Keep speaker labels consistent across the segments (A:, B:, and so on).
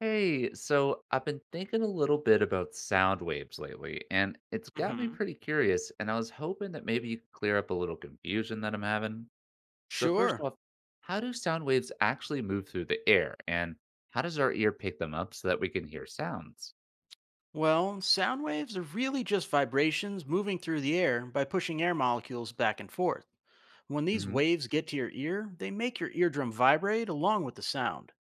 A: Hey, so I've been thinking a little bit about sound waves lately, and it's got me
B: hmm
A: pretty curious, and I was hoping that maybe you could clear up a little confusion that I'm having. So first
B: Sure.
A: off, how do sound waves actually move through the air, and how does our ear pick them up so that we can hear sounds?
B: Well, sound waves are really just vibrations moving through the air by pushing air molecules back and forth. When these
A: Hmm.
B: waves get to your ear, they make your eardrum vibrate along with the sound.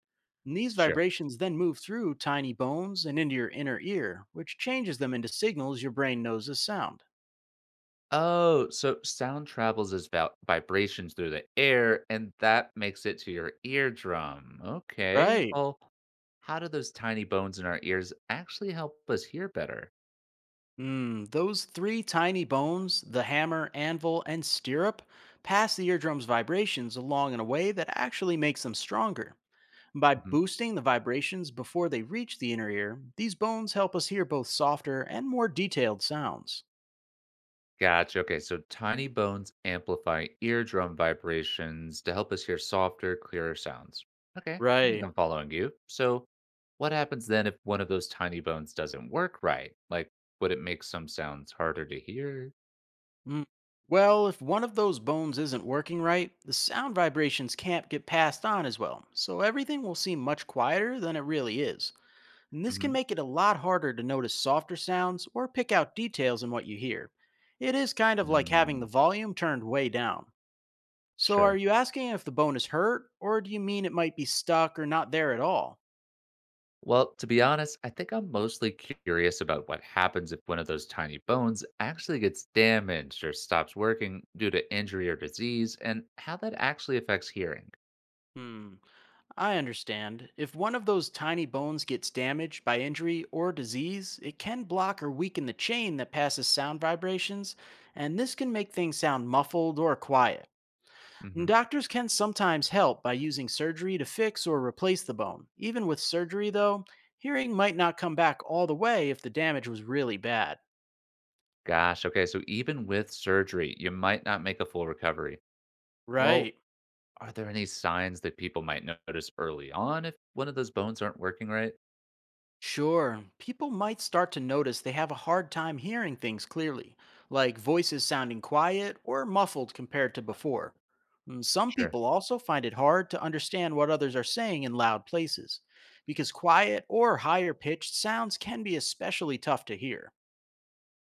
B: And these
A: Sure.
B: vibrations then move through tiny bones and into your inner ear, which changes them into signals your brain knows as sound.
A: Oh, so sound travels as vibrations through the air, and that makes it to your eardrum. Okay,
B: Right.
A: well, how do those tiny bones in our ears actually help us hear better?
B: Those three tiny bones, the hammer, anvil, and stirrup, pass the eardrum's vibrations along in a way that actually makes them stronger. By
A: Mhm.
B: boosting the vibrations before they reach the inner ear, these bones help us hear both softer and more detailed sounds.
A: Gotcha. Okay, so tiny bones amplify eardrum vibrations to help us hear softer, clearer sounds. Okay, I think
B: Right.
A: I'm following you. So, what happens then if one of those tiny bones doesn't work right? Like, would it make some sounds harder to hear?
B: Mm. Well, if one of those bones isn't working right, the sound vibrations can't get passed on as well, so everything will seem much quieter than it really is. And this can
A: Hmm.
B: make it a lot harder to notice softer sounds or pick out details in what you hear. It is kind of like having the
A: Mm,
B: volume turned way down. So, are
A: sure.
B: you asking if the bone is hurt, or do you mean it might be stuck or not there at all?
A: Well, to be honest, I think I'm mostly curious about what happens if one of those tiny bones actually gets damaged or stops working due to injury or disease and how that actually affects hearing.
B: Hmm, I understand. If one of those tiny bones gets damaged by injury or disease, it can block or weaken the chain that passes sound vibrations, and this can make things sound muffled or quiet. And
A: Mm-hmm.
B: doctors can sometimes help by using surgery to fix or replace the bone. Even with surgery, though, hearing might not come back all the way if the damage was really bad.
A: Gosh, okay, so even with surgery, you might not make a full recovery. Well,
B: Right.
A: are there any signs that people might notice early on if one of those bones aren't working right?
B: Sure, people might start to notice they have a hard time hearing things clearly, like voices sounding quiet or muffled compared to before. Some
A: Sure.
B: people also find it hard to understand what others are saying in loud places, because quiet or higher pitched sounds can be especially tough to hear.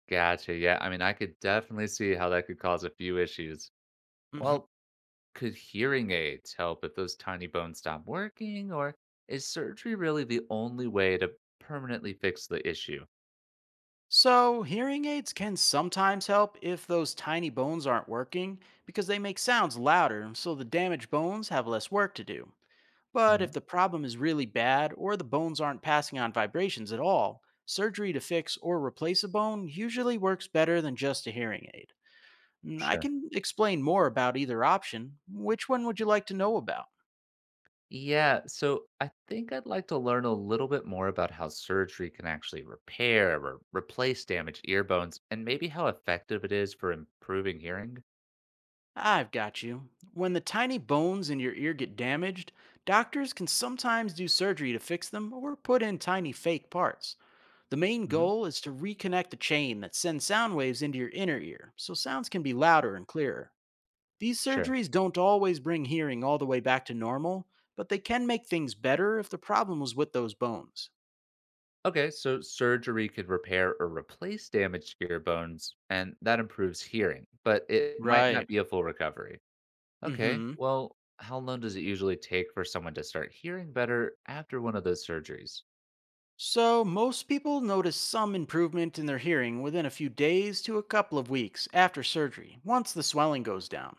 A: Gotcha. Yeah, I mean, I could definitely see how that could cause a few issues.
B: hmm
A: Well, could hearing aids help if those tiny bones stop working, or is surgery really the only way to permanently fix the issue?
B: So, hearing aids can sometimes help if those tiny bones aren't working, because they make sounds louder, so the damaged bones have less work to do. But
A: Mhm.
B: if the problem is really bad or the bones aren't passing on vibrations at all, surgery to fix or replace a bone usually works better than just a hearing aid. I
A: Sure.
B: can explain more about either option. Which one would you like to know about?
A: Yeah, so I think I'd like to learn a little bit more about how surgery can actually repair or replace damaged ear bones and maybe how effective it is for improving hearing.
B: I've got you. When the tiny bones in your ear get damaged, doctors can sometimes do surgery to fix them or put in tiny fake parts. The main
A: Hmm.
B: goal is to reconnect the chain that sends sound waves into your inner ear so sounds can be louder and clearer. These
A: Sure.
B: surgeries don't always bring hearing all the way back to normal, but they can make things better if the problem was with those bones.
A: Okay, so surgery could repair or replace damaged ear bones, and that improves hearing, but it might not
B: Right.
A: be a full recovery. Okay,
B: Mhm.
A: well, how long does it usually take for someone to start hearing better after one of those surgeries?
B: So, most people notice some improvement in their hearing within a few days to a couple of weeks after surgery, once the swelling goes down.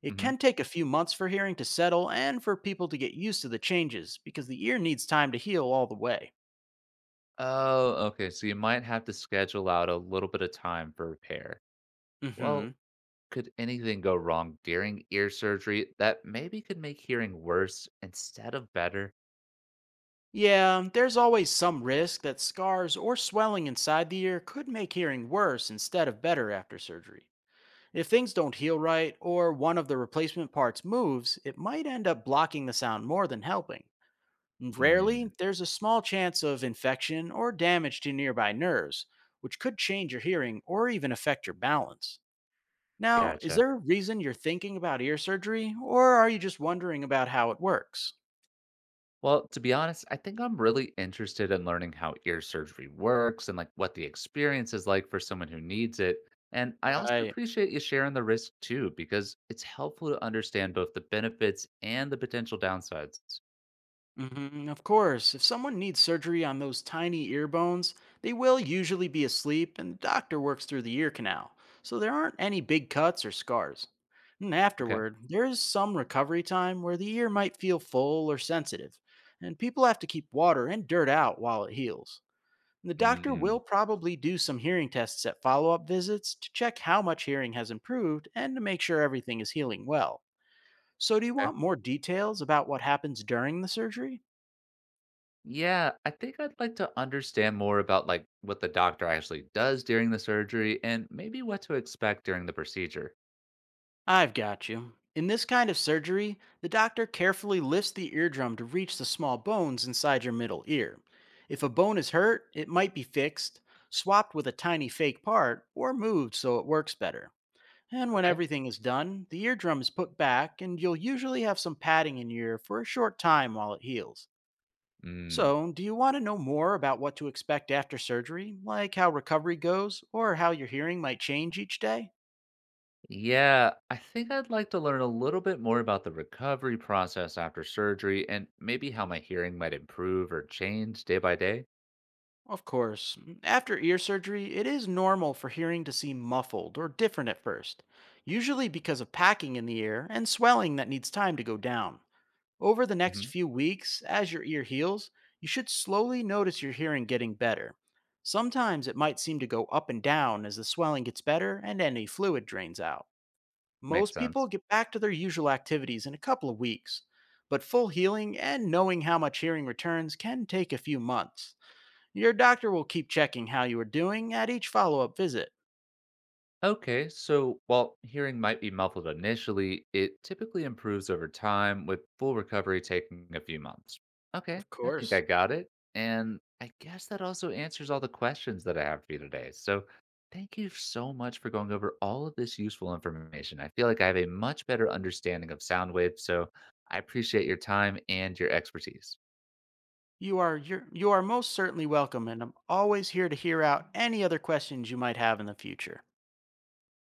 B: It
A: Hmm.
B: can take a few months for hearing to settle and for people to get used to the changes because the ear needs time to heal all the way.
A: Oh, okay, so you might have to schedule out a little bit of time for repair. Well,
B: Mhm.
A: could anything go wrong during ear surgery that maybe could make hearing worse instead of better?
B: Yeah, there's always some risk that scars or swelling inside the ear could make hearing worse instead of better after surgery. If things don't heal right or one of the replacement parts moves, it might end up blocking the sound more than helping. And rarely,
A: Mm,
B: there's a small chance of infection or damage to nearby nerves, which could change your hearing or even affect your balance. Now, is
A: gotcha.
B: there a reason you're thinking about ear surgery, or are you just wondering about how it works?
A: Well, to be honest, I think I'm really interested in learning how ear surgery works and like what the experience is like for someone who needs it. And I also
B: Right.
A: appreciate you sharing the risk too, because it's helpful to understand both the benefits and the potential downsides.
B: Of course, if someone needs surgery on those tiny ear bones, they will usually be asleep and the doctor works through the ear canal, so there aren't any big cuts or scars. And
A: Okay.
B: afterward, there is some recovery time where the ear might feel full or sensitive, and people have to keep water and dirt out while it heals. And the doctor will
A: Mm,
B: probably do some hearing tests at follow up visits to check how much hearing has improved and to make sure everything is healing well. So, do you
A: okay.
B: want more details about what happens during the surgery?
A: Yeah, I think I'd like to understand more about like what the doctor actually does during the surgery and maybe what to expect during the procedure.
B: I've got you. In this kind of surgery, the doctor carefully lifts the eardrum to reach the small bones inside your middle ear. If a bone is hurt, it might be fixed, swapped with a tiny fake part, or moved so it works better. And when
A: Okay.
B: everything is done, the eardrum is put back, and you'll usually have some padding in your ear for a short time while it heals.
A: Mm.
B: So, do you want to know more about what to expect after surgery, like how recovery goes, or how your hearing might change each day?
A: Yeah, I think I'd like to learn a little bit more about the recovery process after surgery and maybe how my hearing might improve or change day by day.
B: Of course. After ear surgery, it is normal for hearing to seem muffled or different at first, usually because of packing in the ear and swelling that needs time to go down. Over the next
A: Hmm.
B: few weeks, as your ear heals, you should slowly notice your hearing getting better. Sometimes it might seem to go up and down as the swelling gets better and any fluid drains out.
A: Makes
B: Most people
A: sense.
B: get back to their usual activities in a couple of weeks, but full healing and knowing how much hearing returns can take a few months. Your doctor will keep checking how you are doing at each follow-up visit.
A: Okay, so while hearing might be muffled initially, it typically improves over time, with full recovery taking a few months. Okay,
B: Of
A: I think
B: course.
A: I got it. And I guess that also answers all the questions that I have for you today. So thank you so much for going over all of this useful information. I feel like I have a much better understanding of sound waves, so I appreciate your time and your expertise.
B: You are most certainly welcome and I'm always here to hear out any other questions you might have in the future.